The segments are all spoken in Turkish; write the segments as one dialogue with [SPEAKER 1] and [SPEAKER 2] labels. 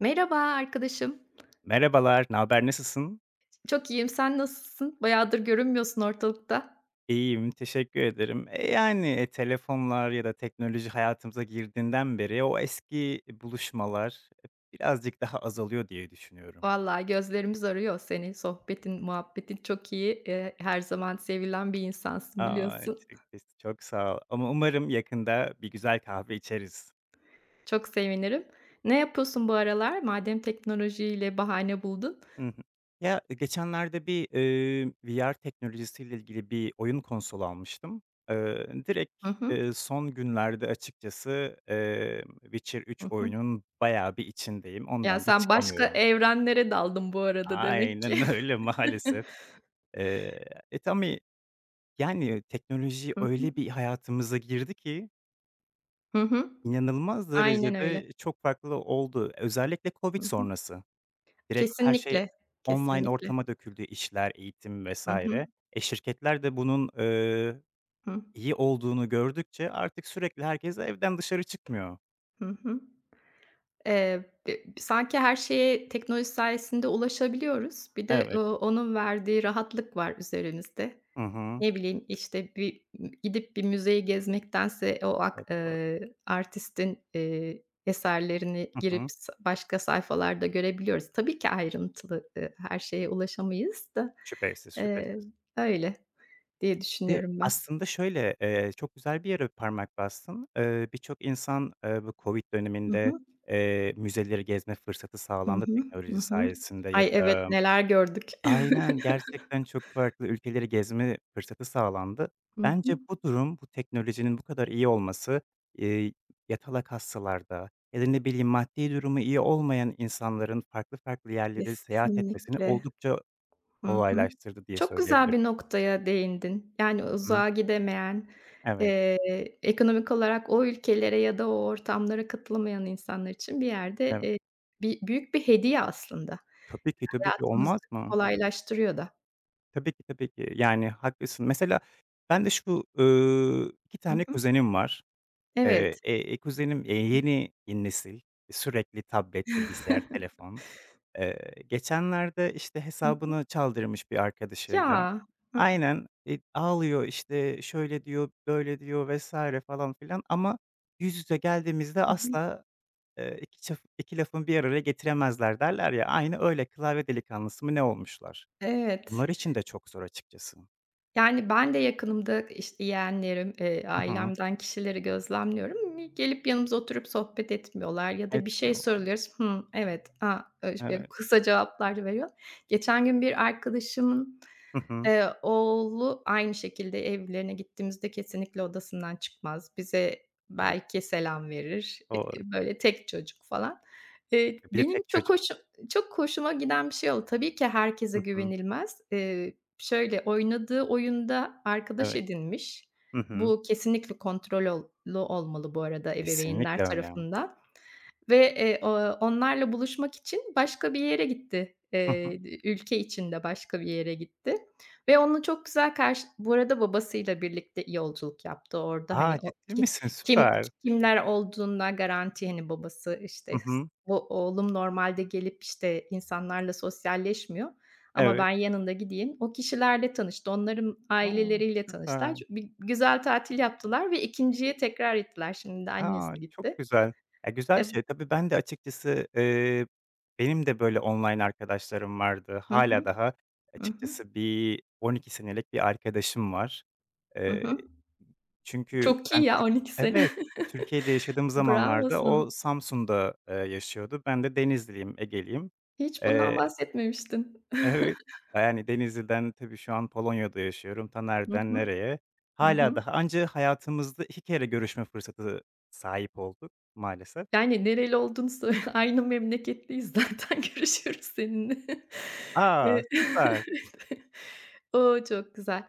[SPEAKER 1] Merhaba arkadaşım.
[SPEAKER 2] Merhabalar, ne naber, nasılsın?
[SPEAKER 1] Çok iyiyim. Sen nasılsın? Bayağıdır görünmüyorsun ortalıkta.
[SPEAKER 2] İyiyim, teşekkür ederim. Yani, telefonlar ya da teknoloji hayatımıza girdiğinden beri o eski buluşmalar, birazcık daha azalıyor diye düşünüyorum.
[SPEAKER 1] Vallahi gözlerimiz arıyor seni. Sohbetin, muhabbetin çok iyi. Her zaman sevilen bir insansın
[SPEAKER 2] A!
[SPEAKER 1] biliyorsun.
[SPEAKER 2] Çok çok sağ ol ama umarım yakında bir güzel kahve içeriz.
[SPEAKER 1] Çok sevinirim. Ne yapıyorsun bu aralar? Madem teknolojiyle bahane buldun.
[SPEAKER 2] Hı hı. Ya, geçenlerde bir, VR teknolojisiyle ilgili bir oyun konsolu almıştım. Direkt,
[SPEAKER 1] Hı hı.
[SPEAKER 2] son günlerde açıkçası, Witcher 3
[SPEAKER 1] Hı hı.
[SPEAKER 2] oyunun bayağı bir içindeyim.
[SPEAKER 1] Ya
[SPEAKER 2] Ondan da
[SPEAKER 1] sen başka
[SPEAKER 2] çıkamıyorum.
[SPEAKER 1] evrenlere daldın bu arada demek ki.
[SPEAKER 2] Aynen öyle maalesef. Eee, tabii, yani, teknoloji
[SPEAKER 1] Hı hı.
[SPEAKER 2] öyle bir hayatımıza girdi ki
[SPEAKER 1] Hı hı.
[SPEAKER 2] inanılmaz
[SPEAKER 1] Aynen öyle.
[SPEAKER 2] derecede çok farklı oldu. Özellikle Covid
[SPEAKER 1] Hı hı.
[SPEAKER 2] sonrası. Direkt her şey
[SPEAKER 1] Kesinlikle,
[SPEAKER 2] online
[SPEAKER 1] kesinlikle.
[SPEAKER 2] ortama döküldü, işler, eğitim
[SPEAKER 1] Hı hı.
[SPEAKER 2] vesaire. Şirketler de bunun,
[SPEAKER 1] Hı.
[SPEAKER 2] iyi olduğunu gördükçe artık sürekli herkes evden dışarı çıkmıyor.
[SPEAKER 1] Hı hı. hı. Bi sanki her şeye teknoloji sayesinde ulaşabiliyoruz. Bir de,
[SPEAKER 2] Evet.
[SPEAKER 1] onun verdiği rahatlık var üzerimizde.
[SPEAKER 2] Hı hı.
[SPEAKER 1] Ne bileyim, işte, bir gidip bir müzeyi gezmektense o ak
[SPEAKER 2] Çok doğru.
[SPEAKER 1] artistin, eserlerini
[SPEAKER 2] Hı hı.
[SPEAKER 1] girip sa başka sayfalarda görebiliyoruz. Tabii ki ayrıntılı, her şeye ulaşamayız da,
[SPEAKER 2] Şüphesiz,
[SPEAKER 1] eee,
[SPEAKER 2] şüphesiz.
[SPEAKER 1] öyle diye
[SPEAKER 2] De
[SPEAKER 1] düşünüyorum ben.
[SPEAKER 2] aslında şöyle, çok güzel bir yere parmak bastın. Birçok insan, bu COVID
[SPEAKER 1] Hı
[SPEAKER 2] döneminde,
[SPEAKER 1] hı.
[SPEAKER 2] müzeleri gezme fırsatı
[SPEAKER 1] Hı
[SPEAKER 2] sağlandı
[SPEAKER 1] hı. Hı
[SPEAKER 2] teknoloji
[SPEAKER 1] hı.
[SPEAKER 2] sayesinde ya
[SPEAKER 1] Ay, evet,
[SPEAKER 2] da.
[SPEAKER 1] neler gördük.
[SPEAKER 2] Aynen, gerçekten çok farklı ülkeleri gezme fırsatı sağlandı.
[SPEAKER 1] Hı
[SPEAKER 2] Bence
[SPEAKER 1] hı.
[SPEAKER 2] bu durum, bu teknolojinin bu kadar iyi olması, eee, yatalak hastalarda ya da ne bileyim maddi durumu iyi olmayan insanların farklı farklı yerlere seyahat etmesini
[SPEAKER 1] Kesinlikle.
[SPEAKER 2] oldukça
[SPEAKER 1] Hı hı.
[SPEAKER 2] kolaylaştırdı diye
[SPEAKER 1] Çok güzel
[SPEAKER 2] söyleyebilirim.
[SPEAKER 1] bir noktaya değindin. Yani
[SPEAKER 2] Hı.
[SPEAKER 1] uzağa gidemeyen,
[SPEAKER 2] Evet,
[SPEAKER 1] eee, ekonomik olarak o ülkelere ya da o ortamlara katılamayan insanlar için bir yerde,
[SPEAKER 2] evet.
[SPEAKER 1] bi büyük bir hediye aslında.
[SPEAKER 2] Tabii ki, tabii ki.
[SPEAKER 1] Hayatımızı
[SPEAKER 2] Olmaz mı?
[SPEAKER 1] kolaylaştırıyor da.
[SPEAKER 2] Tabii ki, tabii ki. Yani haklısın. Mesela ben de şu, 2
[SPEAKER 1] Hı
[SPEAKER 2] tane
[SPEAKER 1] hı.
[SPEAKER 2] kuzenim var.
[SPEAKER 1] Evet.
[SPEAKER 2] Kuzenim, yeni nesil sürekli tablet, bilgisayar, telefon. Geçenlerde, işte,
[SPEAKER 1] Hı hı.
[SPEAKER 2] hesabını çaldırmış bir arkadaşıyla.
[SPEAKER 1] Ya. Hı
[SPEAKER 2] Aynen, ağlıyor, işte, şöyle diyor, böyle diyor vesaire falan filan ama yüz yüze geldiğimizde
[SPEAKER 1] hı.
[SPEAKER 2] asla, 2 çaf 2 lafın bir araya getiremezler derler ya, aynı öyle klavye delikanlısı mı ne olmuşlar.
[SPEAKER 1] Evet.
[SPEAKER 2] Bunlar için de çok zor açıkçası.
[SPEAKER 1] Yani, ben de yakınımda, işte, yeğenlerim,
[SPEAKER 2] Hı hı.
[SPEAKER 1] ailemden kişileri gözlemliyorum. Gelip yanımıza oturup sohbet etmiyorlar ya da bir şey
[SPEAKER 2] Etmiyorlar.
[SPEAKER 1] soruluyoruz, Evet, a." Öyle
[SPEAKER 2] Evet.
[SPEAKER 1] kısa cevaplar veriyor. Geçen gün bir arkadaşımın
[SPEAKER 2] Hı hı.
[SPEAKER 1] Oğlu aynı şekilde evlerine gittiğimizde kesinlikle odasından çıkmaz. Bize belki selam verir.
[SPEAKER 2] O
[SPEAKER 1] Böyle tek çocuk falan.
[SPEAKER 2] bir de
[SPEAKER 1] Benim
[SPEAKER 2] tek
[SPEAKER 1] çok
[SPEAKER 2] çocuk.
[SPEAKER 1] hoşu Çok hoşuma giden bir şey oldu. Tabii ki herkese
[SPEAKER 2] Hı hı.
[SPEAKER 1] güvenilmez. Şöyle, oynadığı oyunda arkadaş
[SPEAKER 2] Evet.
[SPEAKER 1] edinmiş.
[SPEAKER 2] Hı hı.
[SPEAKER 1] Bu kesinlikle kontrollü olmalı bu arada ebeveynler
[SPEAKER 2] Kesinlikle öyle.
[SPEAKER 1] tarafından. Ve, onlarla buluşmak için başka bir yere gitti.
[SPEAKER 2] Hı hı.
[SPEAKER 1] Ülke içinde başka bir yere gitti ve onunla çok güzel karşı bu arada babasıyla birlikte yolculuk yaptı orada.
[SPEAKER 2] A,
[SPEAKER 1] Hani, o
[SPEAKER 2] ciddi
[SPEAKER 1] ki
[SPEAKER 2] misin?
[SPEAKER 1] kim
[SPEAKER 2] Süper.
[SPEAKER 1] kimler olduğuna garanti, hani, babası,
[SPEAKER 2] Hı
[SPEAKER 1] işte,
[SPEAKER 2] hı.
[SPEAKER 1] "O oğlum normalde gelip, işte, insanlarla sosyalleşmiyor ama
[SPEAKER 2] Evet.
[SPEAKER 1] ben yanında gideyim." O kişilerle tanıştı. Onların
[SPEAKER 2] A,
[SPEAKER 1] aileleriyle tanıştılar.
[SPEAKER 2] süper.
[SPEAKER 1] Bir güzel tatil yaptılar ve 2.'ye tekrar gittiler. Şimdi de
[SPEAKER 2] A,
[SPEAKER 1] annesi
[SPEAKER 2] çok
[SPEAKER 1] gitti.
[SPEAKER 2] güzel. Ya, güzel
[SPEAKER 1] Eb
[SPEAKER 2] şey. Tabii ben de açıkçası, benim de böyle online arkadaşlarım vardı.
[SPEAKER 1] Hı
[SPEAKER 2] Hâlâ
[SPEAKER 1] hı.
[SPEAKER 2] daha
[SPEAKER 1] Hı hı.
[SPEAKER 2] açıkçası bir 12 senelik bir arkadaşım var.
[SPEAKER 1] Hı
[SPEAKER 2] Eee,
[SPEAKER 1] hı.
[SPEAKER 2] Çünkü
[SPEAKER 1] Çok iyi
[SPEAKER 2] ben
[SPEAKER 1] ya
[SPEAKER 2] Türk.
[SPEAKER 1] 12 sene.
[SPEAKER 2] Evet, Türkiye'de yaşadığım
[SPEAKER 1] Bravo
[SPEAKER 2] zamanlarda
[SPEAKER 1] sana.
[SPEAKER 2] o Samsun'da, yaşıyordu. Ben de Denizliliyim, Ege'liyim.
[SPEAKER 1] Hiç bundan
[SPEAKER 2] Eee
[SPEAKER 1] bahsetmemiştin.
[SPEAKER 2] Evet. Yani, Denizli'den tabii şu an Polonya'da yaşıyorum. Ta
[SPEAKER 1] Hı
[SPEAKER 2] nereden
[SPEAKER 1] hı.
[SPEAKER 2] nereye.
[SPEAKER 1] Hı
[SPEAKER 2] Hâlâ
[SPEAKER 1] hı.
[SPEAKER 2] daha anca hayatımızda 2 kere görüşme fırsatı sahip olduk maalesef.
[SPEAKER 1] Yani, nereli olduğunu söyle. Aynı memleketliyiz zaten. Görüşüyoruz seninle.
[SPEAKER 2] A!
[SPEAKER 1] Eee
[SPEAKER 2] Süper.
[SPEAKER 1] O, çok güzel.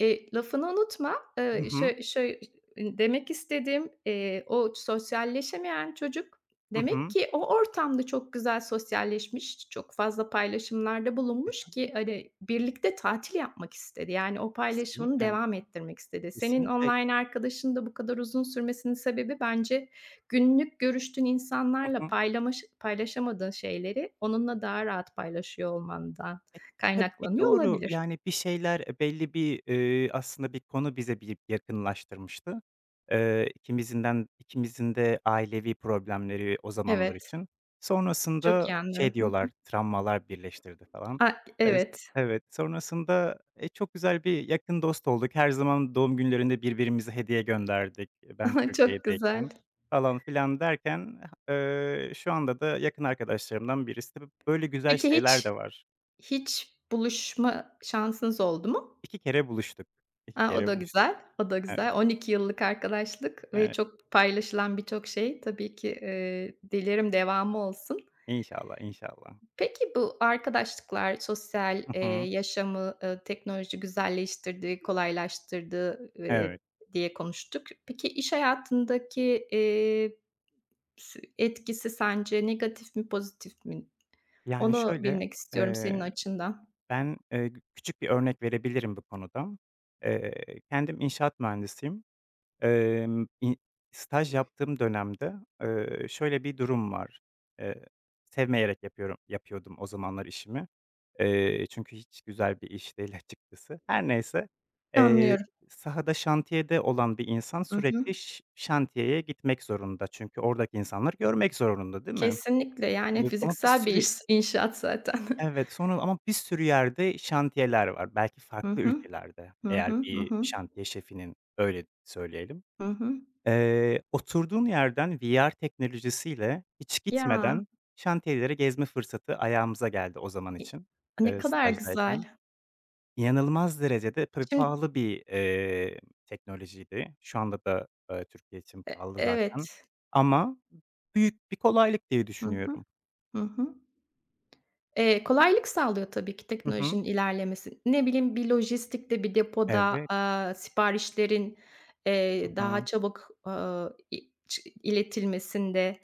[SPEAKER 1] Lafını unutma.
[SPEAKER 2] Hı hı.
[SPEAKER 1] Şö şöy Demek istediğim, o sosyalleşemeyen çocuk
[SPEAKER 2] Hı
[SPEAKER 1] demek
[SPEAKER 2] hı.
[SPEAKER 1] ki o ortamda çok güzel sosyalleşmiş, çok fazla paylaşımlarda
[SPEAKER 2] E,
[SPEAKER 1] bulunmuş
[SPEAKER 2] tabii.
[SPEAKER 1] ki, hani, birlikte tatil yapmak istedi. Yani, o paylaşımını
[SPEAKER 2] Kesinlikle.
[SPEAKER 1] devam ettirmek istedi. Senin
[SPEAKER 2] Kesinlikle.
[SPEAKER 1] online arkadaşın da bu kadar uzun sürmesinin sebebi bence günlük görüştüğün
[SPEAKER 2] Hı
[SPEAKER 1] insanlarla
[SPEAKER 2] hı.
[SPEAKER 1] paylaşamadığın şeyleri onunla daha rahat paylaşıyor olmandan
[SPEAKER 2] E, tabii
[SPEAKER 1] kaynaklanıyor
[SPEAKER 2] doğru.
[SPEAKER 1] olabilir.
[SPEAKER 2] Yani bir şeyler, belli bir, aslında bir konu bize bir yakınlaştırmıştı. İkimizinden ikimizin de ailevi problemleri o zamanlar
[SPEAKER 1] Evet,
[SPEAKER 2] için.
[SPEAKER 1] çok
[SPEAKER 2] Sonrasında
[SPEAKER 1] iyi
[SPEAKER 2] şey
[SPEAKER 1] anlıyorum. Hı hı.
[SPEAKER 2] diyorlar, travmalar birleştirdi falan.
[SPEAKER 1] A,
[SPEAKER 2] Eee,
[SPEAKER 1] evet,
[SPEAKER 2] evet, sonrasında, çok güzel bir yakın dost olduk. Her zaman doğum günlerinde birbirimize hediye gönderdik, ben
[SPEAKER 1] çok güzel.
[SPEAKER 2] Türkiye'deyken falan filan derken, şu anda da yakın arkadaşlarımdan birisi. Tabii böyle güzel
[SPEAKER 1] Peki
[SPEAKER 2] şeyler
[SPEAKER 1] hiç
[SPEAKER 2] de var.
[SPEAKER 1] hiç buluşma şansınız oldu mu?
[SPEAKER 2] 2 kere buluştuk. 2
[SPEAKER 1] A, o
[SPEAKER 2] kere
[SPEAKER 1] da
[SPEAKER 2] buluştuk.
[SPEAKER 1] güzel, o da
[SPEAKER 2] Evet,
[SPEAKER 1] güzel. 12 yıllık arkadaşlık ve
[SPEAKER 2] evet.
[SPEAKER 1] çok paylaşılan birçok şey. Tabii ki, dilerim devamı olsun.
[SPEAKER 2] İnşallah, inşallah.
[SPEAKER 1] Peki bu arkadaşlıklar, sosyal,
[SPEAKER 2] Hı hı.
[SPEAKER 1] yaşamı, teknoloji güzelleştirdi, kolaylaştırdı,
[SPEAKER 2] Evet.
[SPEAKER 1] diye konuştuk. Peki iş hayatındaki, eee, s etkisi sence negatif mi, pozitif mi?
[SPEAKER 2] Yani,
[SPEAKER 1] Onu
[SPEAKER 2] şöyle,
[SPEAKER 1] bilmek istiyorum senin
[SPEAKER 2] eee,
[SPEAKER 1] açından.
[SPEAKER 2] ben, küçük bir örnek verebilirim bu konuda. Eee, kendim inşaat mühendisiyim. İ staj yaptığım dönemde, şöyle bir durum var. Eee, sevmeyerek yapıyordum o zamanlar işimi. Çünkü hiç güzel bir iş değil açıkçası. Her neyse, eee,
[SPEAKER 1] Anlıyorum.
[SPEAKER 2] sahada, şantiyede olan bir insan
[SPEAKER 1] Hı hı.
[SPEAKER 2] sürekli şantiyeye gitmek zorunda. Çünkü oradaki insanları görmek zorunda, değil mi?
[SPEAKER 1] Kesinlikle, yani
[SPEAKER 2] Bi Ama bir
[SPEAKER 1] fiziksel bir
[SPEAKER 2] sürü
[SPEAKER 1] iş inşaat zaten.
[SPEAKER 2] Evet, sonra ama bir sürü yerde şantiyeler var. Belki
[SPEAKER 1] Hı
[SPEAKER 2] farklı
[SPEAKER 1] hı.
[SPEAKER 2] ülkelerde
[SPEAKER 1] Hı hı.
[SPEAKER 2] eğer
[SPEAKER 1] Hı
[SPEAKER 2] bir
[SPEAKER 1] hı.
[SPEAKER 2] şantiye şefinin, öyle söyleyelim.
[SPEAKER 1] Hı hı.
[SPEAKER 2] Oturduğun yerden VR teknolojisiyle hiç
[SPEAKER 1] Ya,
[SPEAKER 2] gitmeden şantiyeleri gezme fırsatı ayağımıza geldi o zaman
[SPEAKER 1] i
[SPEAKER 2] için,
[SPEAKER 1] Ne kadar
[SPEAKER 2] stajdayken.
[SPEAKER 1] güzel.
[SPEAKER 2] İnanılmaz derecede tabii
[SPEAKER 1] Şimdi
[SPEAKER 2] pahalı bir, teknolojiydi. Şu anda da, Türkiye için
[SPEAKER 1] E
[SPEAKER 2] pahalı zaten
[SPEAKER 1] evet.
[SPEAKER 2] ama büyük bir kolaylık diye
[SPEAKER 1] Hı hı.
[SPEAKER 2] düşünüyorum.
[SPEAKER 1] Hı hı. Kolaylık sağlıyor tabii ki
[SPEAKER 2] Hı hı.
[SPEAKER 1] teknolojinin ilerlemesi. Ne bileyim, bir lojistikte, bir depoda,
[SPEAKER 2] Evet.
[SPEAKER 1] siparişlerin,
[SPEAKER 2] Hı
[SPEAKER 1] daha
[SPEAKER 2] hı.
[SPEAKER 1] çabuk, aaa, i çı iletilmesinde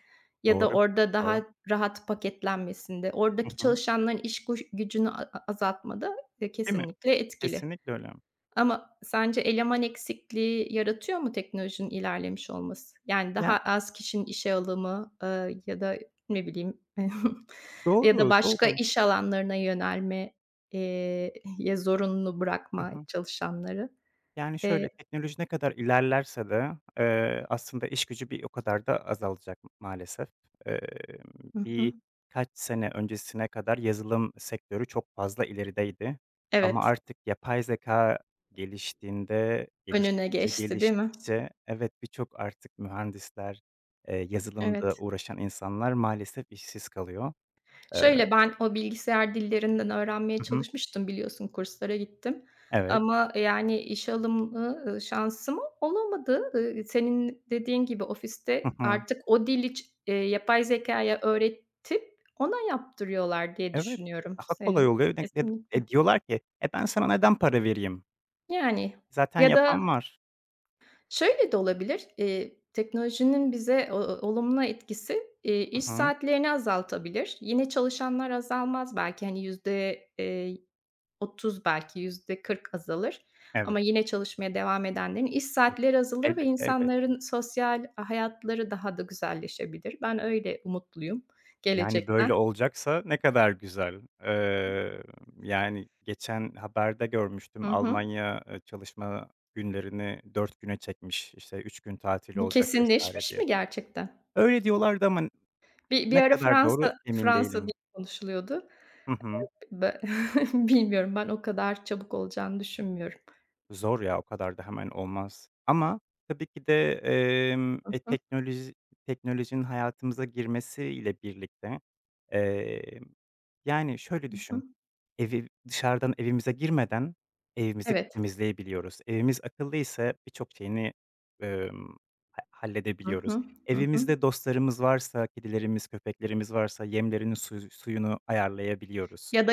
[SPEAKER 1] ya da
[SPEAKER 2] Doğru,
[SPEAKER 1] orada
[SPEAKER 2] doğru.
[SPEAKER 1] daha rahat paketlenmesinde,
[SPEAKER 2] Hı
[SPEAKER 1] oradaki
[SPEAKER 2] hı.
[SPEAKER 1] çalışanların iş gücünü a a azaltmada,
[SPEAKER 2] Değil mi?
[SPEAKER 1] kesinlikle etkili.
[SPEAKER 2] Kesinlikle öyle.
[SPEAKER 1] Ama sence eleman eksikliği yaratıyor mu teknolojinin ilerlemiş olması? Yani
[SPEAKER 2] Ya,
[SPEAKER 1] daha az kişinin işe alımı, ya da ne bileyim ya da
[SPEAKER 2] doğru,
[SPEAKER 1] başka
[SPEAKER 2] doğru.
[SPEAKER 1] iş alanlarına yönelme eee, ye zorunlu
[SPEAKER 2] Hı
[SPEAKER 1] bırakma
[SPEAKER 2] hı.
[SPEAKER 1] çalışanları.
[SPEAKER 2] Yani, şöyle,
[SPEAKER 1] Eee
[SPEAKER 2] teknoloji ne kadar ilerlerse de, aslında iş gücü bir o kadar da azalacak maalesef. Eee
[SPEAKER 1] Hı
[SPEAKER 2] Bir
[SPEAKER 1] hı.
[SPEAKER 2] kaç sene öncesine kadar yazılım sektörü çok fazla ilerideydi ama
[SPEAKER 1] Evet,
[SPEAKER 2] artık yapay zeka geliştiğinde,
[SPEAKER 1] önüne
[SPEAKER 2] geliştikçe,
[SPEAKER 1] geçti, değil mi?
[SPEAKER 2] geliştikçe evet, birçok artık mühendisler, yazılımda
[SPEAKER 1] Evet.
[SPEAKER 2] uğraşan insanlar maalesef işsiz kalıyor. Eee
[SPEAKER 1] Şöyle, ben o bilgisayar dillerinden öğrenmeye
[SPEAKER 2] Hı hı.
[SPEAKER 1] çalışmıştım biliyorsun, kurslara gittim
[SPEAKER 2] Evet.
[SPEAKER 1] ama, yani, işe alımlı, şansım olamadı. Senin dediğin gibi
[SPEAKER 2] Hı
[SPEAKER 1] ofiste
[SPEAKER 2] hı.
[SPEAKER 1] artık o dili ç yapay zekâya öğretip ona yaptırıyorlar diye
[SPEAKER 2] Evet.
[SPEAKER 1] düşünüyorum.
[SPEAKER 2] Daha kolay
[SPEAKER 1] Senin
[SPEAKER 2] oluyor. Ne- ne-
[SPEAKER 1] kesinlikle.
[SPEAKER 2] E diyorlar ki, "E, ben sana neden para vereyim?"
[SPEAKER 1] Yani
[SPEAKER 2] Zaten
[SPEAKER 1] ya
[SPEAKER 2] yapan
[SPEAKER 1] da
[SPEAKER 2] var.
[SPEAKER 1] Şöyle de olabilir, teknolojinin bize o olumlu etkisi, iş
[SPEAKER 2] Hı hı.
[SPEAKER 1] saatlerini azaltabilir. Yine çalışanlar azalmaz belki, hani, yüzde 30 belki %40 azalır
[SPEAKER 2] Evet.
[SPEAKER 1] ama yine çalışmaya devam edenlerin iş
[SPEAKER 2] E
[SPEAKER 1] saatleri azalır ve
[SPEAKER 2] elbette, elbette.
[SPEAKER 1] insanların sosyal hayatları daha da güzelleşebilir. Ben öyle umutluyum
[SPEAKER 2] Yani, böyle
[SPEAKER 1] gelecekten.
[SPEAKER 2] olacaksa ne kadar güzel. Yani, geçen haberde görmüştüm
[SPEAKER 1] Hı hı.
[SPEAKER 2] Almanya, çalışma günlerini 4 güne çekmiş, İşte 3 gün tatil
[SPEAKER 1] Bu
[SPEAKER 2] olacak vesaire
[SPEAKER 1] kesinleşmiş
[SPEAKER 2] diye
[SPEAKER 1] mi
[SPEAKER 2] de.
[SPEAKER 1] gerçekten?
[SPEAKER 2] Öyle diyorlardı ama
[SPEAKER 1] Bir
[SPEAKER 2] ne
[SPEAKER 1] bir ara
[SPEAKER 2] kadar doğru
[SPEAKER 1] Fransa
[SPEAKER 2] emin
[SPEAKER 1] Fransa diye
[SPEAKER 2] değilim.
[SPEAKER 1] konuşuluyordu.
[SPEAKER 2] Hı hı.
[SPEAKER 1] Be bilmiyorum, ben o kadar çabuk olacağını düşünmüyorum.
[SPEAKER 2] Zor ya, o kadar da hemen olmaz ama tabii ki de, emm,
[SPEAKER 1] Hı
[SPEAKER 2] e,
[SPEAKER 1] hı.
[SPEAKER 2] teknoloji teknolojinin hayatımıza girmesiyle birlikte, emm, yani, şöyle
[SPEAKER 1] Hı hı.
[SPEAKER 2] düşün, evi dışarıdan evimize girmeden evimizi
[SPEAKER 1] Evet.
[SPEAKER 2] temizleyebiliyoruz. Evimiz akıllıysa birçok şeyini, emm, ha
[SPEAKER 1] Hı
[SPEAKER 2] halledebiliyoruz.
[SPEAKER 1] hı. Hı hı.
[SPEAKER 2] Evimizde dostlarımız varsa, kedilerimiz, köpeklerimiz varsa yemlerini, suyunu ayarlayabiliyoruz
[SPEAKER 1] Ya da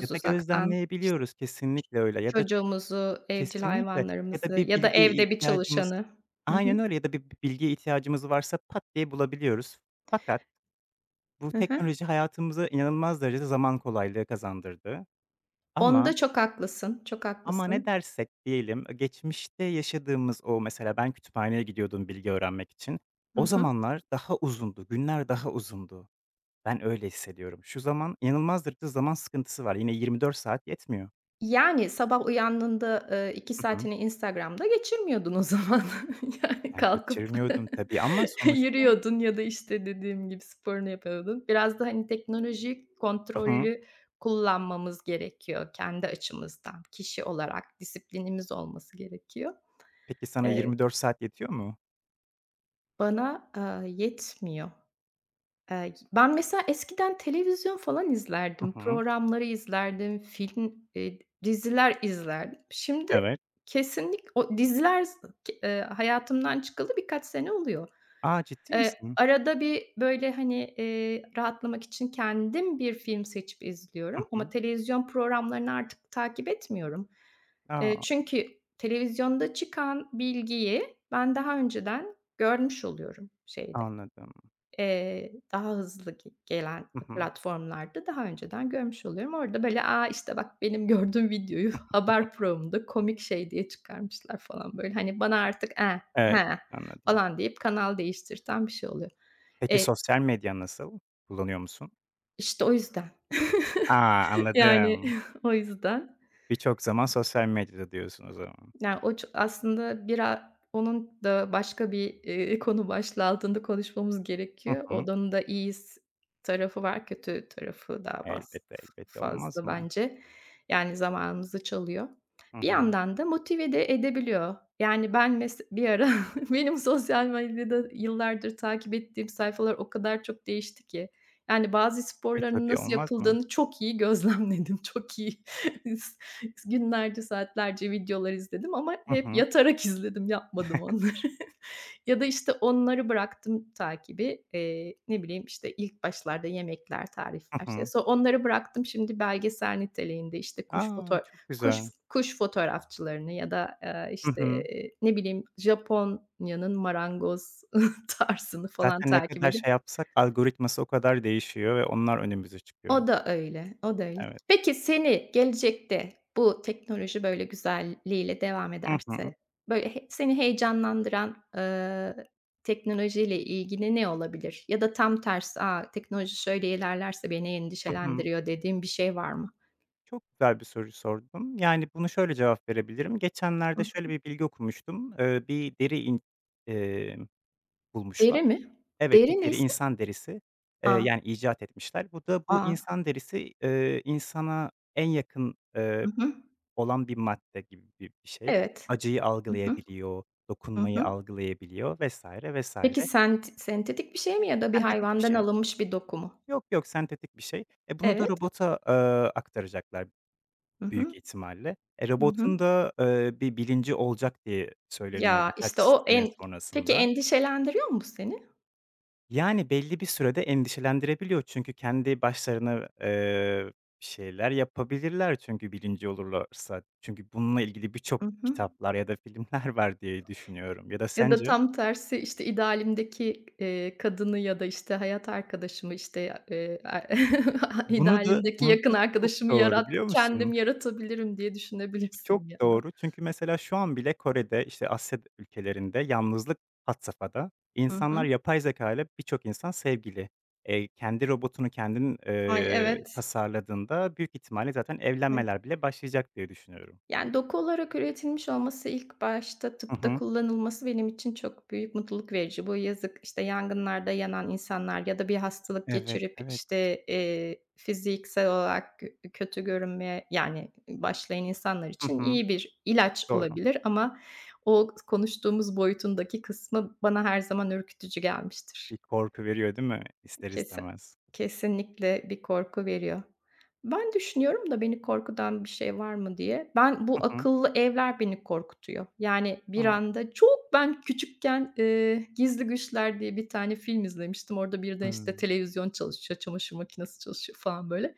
[SPEAKER 2] ya da
[SPEAKER 1] uzaktan. İşte,
[SPEAKER 2] gözlemleyebiliyoruz. Kesinlikle öyle ya da.
[SPEAKER 1] çocuğumuzu, evcil
[SPEAKER 2] Kesinlikle ya da
[SPEAKER 1] hayvanlarımızı
[SPEAKER 2] bir
[SPEAKER 1] ya da
[SPEAKER 2] bilgiye
[SPEAKER 1] evde bir
[SPEAKER 2] ihtiyacımız.
[SPEAKER 1] çalışanı. Hı hı.
[SPEAKER 2] Aynen öyle ya da bir bilgiye ihtiyacımız varsa pat diye bulabiliyoruz. Fakat bu
[SPEAKER 1] Hı hı.
[SPEAKER 2] teknoloji hayatımıza inanılmaz derecede zaman kolaylığı kazandırdı. Ama
[SPEAKER 1] Onda çok haklısın, çok
[SPEAKER 2] ama ne
[SPEAKER 1] haklısın.
[SPEAKER 2] dersek diyelim, geçmişte yaşadığımız o mesela ben kütüphaneye gidiyordum bilgi öğrenmek için.
[SPEAKER 1] Hı
[SPEAKER 2] O
[SPEAKER 1] hı.
[SPEAKER 2] zamanlar daha uzundu, günler daha uzundu. Ben öyle hissediyorum. Şu zaman inanılmaz derecede zaman sıkıntısı var. Yine 24 saat yetmiyor.
[SPEAKER 1] Yani, sabah uyandığında, 2
[SPEAKER 2] Hı hı.
[SPEAKER 1] saatini Instagram'da geçirmiyordun o zaman. Yani,
[SPEAKER 2] Ben
[SPEAKER 1] kalkıp
[SPEAKER 2] geçirmiyordum tabii ama sonuçta.
[SPEAKER 1] yürüyordun ya da, işte, dediğim gibi sporunu yapıyordun. Biraz da, hani, teknolojiyi
[SPEAKER 2] Hı hı.
[SPEAKER 1] kontrollü kullanmamız gerekiyor kendi açımızdan. Kişi olarak disiplinimiz olması gerekiyor.
[SPEAKER 2] Peki sana
[SPEAKER 1] Eee,
[SPEAKER 2] 24 saat yetiyor mu?
[SPEAKER 1] Bana, yetmiyor. Ben mesela eskiden televizyon falan
[SPEAKER 2] Hı
[SPEAKER 1] izlerdim,
[SPEAKER 2] hı.
[SPEAKER 1] programları izlerdim, film, diziler izlerdim. Şimdi
[SPEAKER 2] Evet.
[SPEAKER 1] o diziler z k hayatımdan çıkalı birkaç sene oluyor.
[SPEAKER 2] A, ciddi misin?
[SPEAKER 1] Arada bir, böyle, hani, rahatlamak için kendim bir film seçip
[SPEAKER 2] Hı
[SPEAKER 1] izliyorum ama
[SPEAKER 2] hı.
[SPEAKER 1] televizyon programlarını artık takip etmiyorum.
[SPEAKER 2] A,
[SPEAKER 1] Çünkü televizyonda çıkan bilgiyi ben daha önceden görmüş oluyorum şeyde
[SPEAKER 2] anladım.
[SPEAKER 1] Eee, daha hızlı gelen
[SPEAKER 2] Hı hı.
[SPEAKER 1] platformlarda daha önceden görmüş oluyorum. Orada böyle, "A, işte bak benim gördüğüm videoyu haber programında komik şey diye çıkarmışlar." falan böyle. Hani bana artık, "Eh,
[SPEAKER 2] Evet,
[SPEAKER 1] he."
[SPEAKER 2] anladım.
[SPEAKER 1] falan deyip kanal değiştirten bir şey oluyor.
[SPEAKER 2] Peki
[SPEAKER 1] Eee,
[SPEAKER 2] sosyal medya nasıl? Kullanıyor musun?
[SPEAKER 1] işte o yüzden.
[SPEAKER 2] A,
[SPEAKER 1] Yani
[SPEAKER 2] anladım.
[SPEAKER 1] o yüzden
[SPEAKER 2] Birçok zaman sosyal medyada diyorsun o zaman.
[SPEAKER 1] Yani o ç aslında bira onun da başka bir, konu başlığı altında konuşmamız
[SPEAKER 2] Hı
[SPEAKER 1] gerekiyor.
[SPEAKER 2] hı.
[SPEAKER 1] Onun da iyi tarafı var, kötü tarafı daha
[SPEAKER 2] Elbette, elbette. Olmaz
[SPEAKER 1] fazla
[SPEAKER 2] mı?
[SPEAKER 1] bence. Yani zamanımızı çalıyor.
[SPEAKER 2] Hı
[SPEAKER 1] Bir
[SPEAKER 2] hı.
[SPEAKER 1] yandan da motive de edebiliyor. Yani ben mes bir ara benim sosyal medyada yıllardır takip ettiğim sayfalar o kadar çok değişti ki. Yani bazı
[SPEAKER 2] E,
[SPEAKER 1] sporların
[SPEAKER 2] tabii
[SPEAKER 1] nasıl
[SPEAKER 2] olmaz mı?
[SPEAKER 1] yapıldığını çok iyi gözlemledim. Çok iyi günlerce, saatlerce videolar izledim ama
[SPEAKER 2] Hı
[SPEAKER 1] hep
[SPEAKER 2] hı.
[SPEAKER 1] yatarak izledim, yapmadım onları. Ya da, işte, onları bıraktım takibi. Ne bileyim, işte, ilk başlarda yemekler,
[SPEAKER 2] Hı
[SPEAKER 1] tarifler,
[SPEAKER 2] hı.
[SPEAKER 1] onları bıraktım. Şimdi belgesel niteliğinde, işte,
[SPEAKER 2] A, çok
[SPEAKER 1] kuş
[SPEAKER 2] güzel.
[SPEAKER 1] kuş fotoğrafçılarını ya da,
[SPEAKER 2] Hı
[SPEAKER 1] işte,
[SPEAKER 2] hı.
[SPEAKER 1] ne bileyim, Japonya'nın marangoz tarzını falan
[SPEAKER 2] Zaten ne
[SPEAKER 1] takip
[SPEAKER 2] kadar
[SPEAKER 1] edip
[SPEAKER 2] şey yapsak algoritması o kadar değişiyor ve onlar önümüze çıkıyor.
[SPEAKER 1] o da öyle, o da öyle.
[SPEAKER 2] Evet.
[SPEAKER 1] Peki seni gelecekte bu teknoloji böyle güzelliğiyle devam
[SPEAKER 2] Hı hı.
[SPEAKER 1] ederse, böyle, seni heyecanlandıran, teknolojiyle ilgili ne olabilir? Ya da tam tersi, "A, teknoloji şöyle ilerlerse beni
[SPEAKER 2] Hı hı.
[SPEAKER 1] endişelendiriyor." dediğin bir şey var mı?
[SPEAKER 2] Çok güzel bir soru sordun. Yani, bunu şöyle cevap verebilirim. Geçenlerde
[SPEAKER 1] Hıh.
[SPEAKER 2] şöyle bir bilgi okumuştum. Bir deri in emm, bulmuşlar.
[SPEAKER 1] Deri mi?
[SPEAKER 2] Evet, bir
[SPEAKER 1] Deri
[SPEAKER 2] deri,
[SPEAKER 1] neyse.
[SPEAKER 2] insan derisi.
[SPEAKER 1] A!
[SPEAKER 2] Yani, icat etmişler. Bu da bu
[SPEAKER 1] A!
[SPEAKER 2] insan derisi, insana en yakın,
[SPEAKER 1] Hı hı.
[SPEAKER 2] olan bir madde gibi bir şey.
[SPEAKER 1] Evet.
[SPEAKER 2] Acıyı
[SPEAKER 1] Hı hı.
[SPEAKER 2] algılayabiliyor,
[SPEAKER 1] Hı
[SPEAKER 2] dokunmayı
[SPEAKER 1] hı.
[SPEAKER 2] algılayabiliyor vesaire,
[SPEAKER 1] Peki
[SPEAKER 2] vesaire.
[SPEAKER 1] sentetik bir şey mi ya da bir
[SPEAKER 2] Sentetik bir
[SPEAKER 1] hayvandan
[SPEAKER 2] şey.
[SPEAKER 1] alınmış bir doku mu?
[SPEAKER 2] Yok, yok, sentetik bir şey. Bunu da
[SPEAKER 1] Evet.
[SPEAKER 2] robota, aktaracaklar
[SPEAKER 1] Hı
[SPEAKER 2] büyük
[SPEAKER 1] hı.
[SPEAKER 2] ihtimalle. E,
[SPEAKER 1] Hı hı.
[SPEAKER 2] robotun da, bir bilinci olacak diye söyleniyor
[SPEAKER 1] Ya,
[SPEAKER 2] birkaç
[SPEAKER 1] işte o
[SPEAKER 2] sene
[SPEAKER 1] en Peki
[SPEAKER 2] sonrasında.
[SPEAKER 1] endişelendiriyor mu bu seni?
[SPEAKER 2] Yani belli bir sürede endişelendirebiliyor çünkü kendi başlarına, bir şeyler yapabilirler çünkü bilinci olurlarsa. Çünkü bununla ilgili birçok
[SPEAKER 1] I hı.
[SPEAKER 2] kitaplar ya da filmler var diye düşünüyorum ya da
[SPEAKER 1] Ya da
[SPEAKER 2] sence?
[SPEAKER 1] tam tersi, işte, idealimdeki, kadını ya da, işte, hayat arkadaşımı, işte, er
[SPEAKER 2] Bunu da
[SPEAKER 1] idealimdeki
[SPEAKER 2] bunu
[SPEAKER 1] yakın
[SPEAKER 2] da çok
[SPEAKER 1] arkadaşımı
[SPEAKER 2] doğru
[SPEAKER 1] yarat
[SPEAKER 2] biliyor
[SPEAKER 1] kendim
[SPEAKER 2] musun?
[SPEAKER 1] yaratabilirim diye
[SPEAKER 2] Çok
[SPEAKER 1] düşünebilirsin bir yandan.
[SPEAKER 2] doğru. Çünkü mesela şu an bile Kore'de, işte, Asya ülkelerinde yalnızlık had safhada.
[SPEAKER 1] Hı
[SPEAKER 2] İnsanlar
[SPEAKER 1] hı.
[SPEAKER 2] yapay zeka ile birçok insan sevgili. Kendi robotunu kendin,
[SPEAKER 1] Ay, evet.
[SPEAKER 2] tasarladığında büyük ihtimalle zaten evlenmeler bile başlayacak diye düşünüyorum.
[SPEAKER 1] Yani, doku olarak üretilmiş olması, ilk başta
[SPEAKER 2] Hı
[SPEAKER 1] tıpta
[SPEAKER 2] hı.
[SPEAKER 1] kullanılması benim için çok büyük mutluluk verici. Bu yazık, işte, yangınlarda yanan insanlar ya da bir hastalık
[SPEAKER 2] Evet,
[SPEAKER 1] geçirip,
[SPEAKER 2] evet.
[SPEAKER 1] işte, fiziksel olarak kötü görünmeye, yani, başlayan insanlar
[SPEAKER 2] Hı
[SPEAKER 1] için
[SPEAKER 2] hı.
[SPEAKER 1] iyi bir ilaç
[SPEAKER 2] Doğru.
[SPEAKER 1] olabilir ama o konuştuğumuz boyutundaki kısmı bana her zaman ürkütücü gelmiştir.
[SPEAKER 2] Bir korku veriyor, değil mi? İster
[SPEAKER 1] Kesin
[SPEAKER 2] istemez?
[SPEAKER 1] kesinlikle bir korku veriyor. Ben düşünüyorum da beni korkudan bir şey var mı diye. Ben
[SPEAKER 2] Hı
[SPEAKER 1] bu
[SPEAKER 2] hı.
[SPEAKER 1] akıllı evler beni korkutuyor. Yani bir
[SPEAKER 2] A!
[SPEAKER 1] anda çok ben küçükken, Gizli Güçler diye bir tane film izlemiştim. Orada birden, işte,
[SPEAKER 2] Hımm.
[SPEAKER 1] televizyon çalışıyor, çamaşır makinesi çalışıyor falan böyle.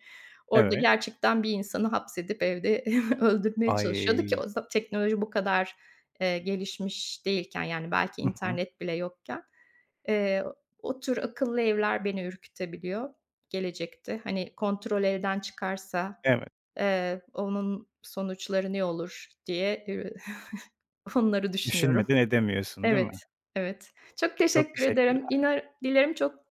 [SPEAKER 1] Orada
[SPEAKER 2] Evet.
[SPEAKER 1] gerçekten bir insanı hapsedip evde öldürmeye çalışıyordu ki
[SPEAKER 2] Ay!
[SPEAKER 1] o zaman teknoloji bu kadar, gelişmiş değilken, yani, belki
[SPEAKER 2] Hı hı.
[SPEAKER 1] internet bile yokken. Eee O tür akıllı evler beni ürkütebiliyor gelecekte. Hani, kontrol elden çıkarsa,
[SPEAKER 2] Evet.
[SPEAKER 1] onun sonuçları ne olur diye, onları düşünüyorum.
[SPEAKER 2] Düşünmeden edemiyorsun değil
[SPEAKER 1] Evet,
[SPEAKER 2] mi?
[SPEAKER 1] evet. Çok
[SPEAKER 2] Çok
[SPEAKER 1] teşekkür ederim.
[SPEAKER 2] teşekkürler.
[SPEAKER 1] Dilerim çok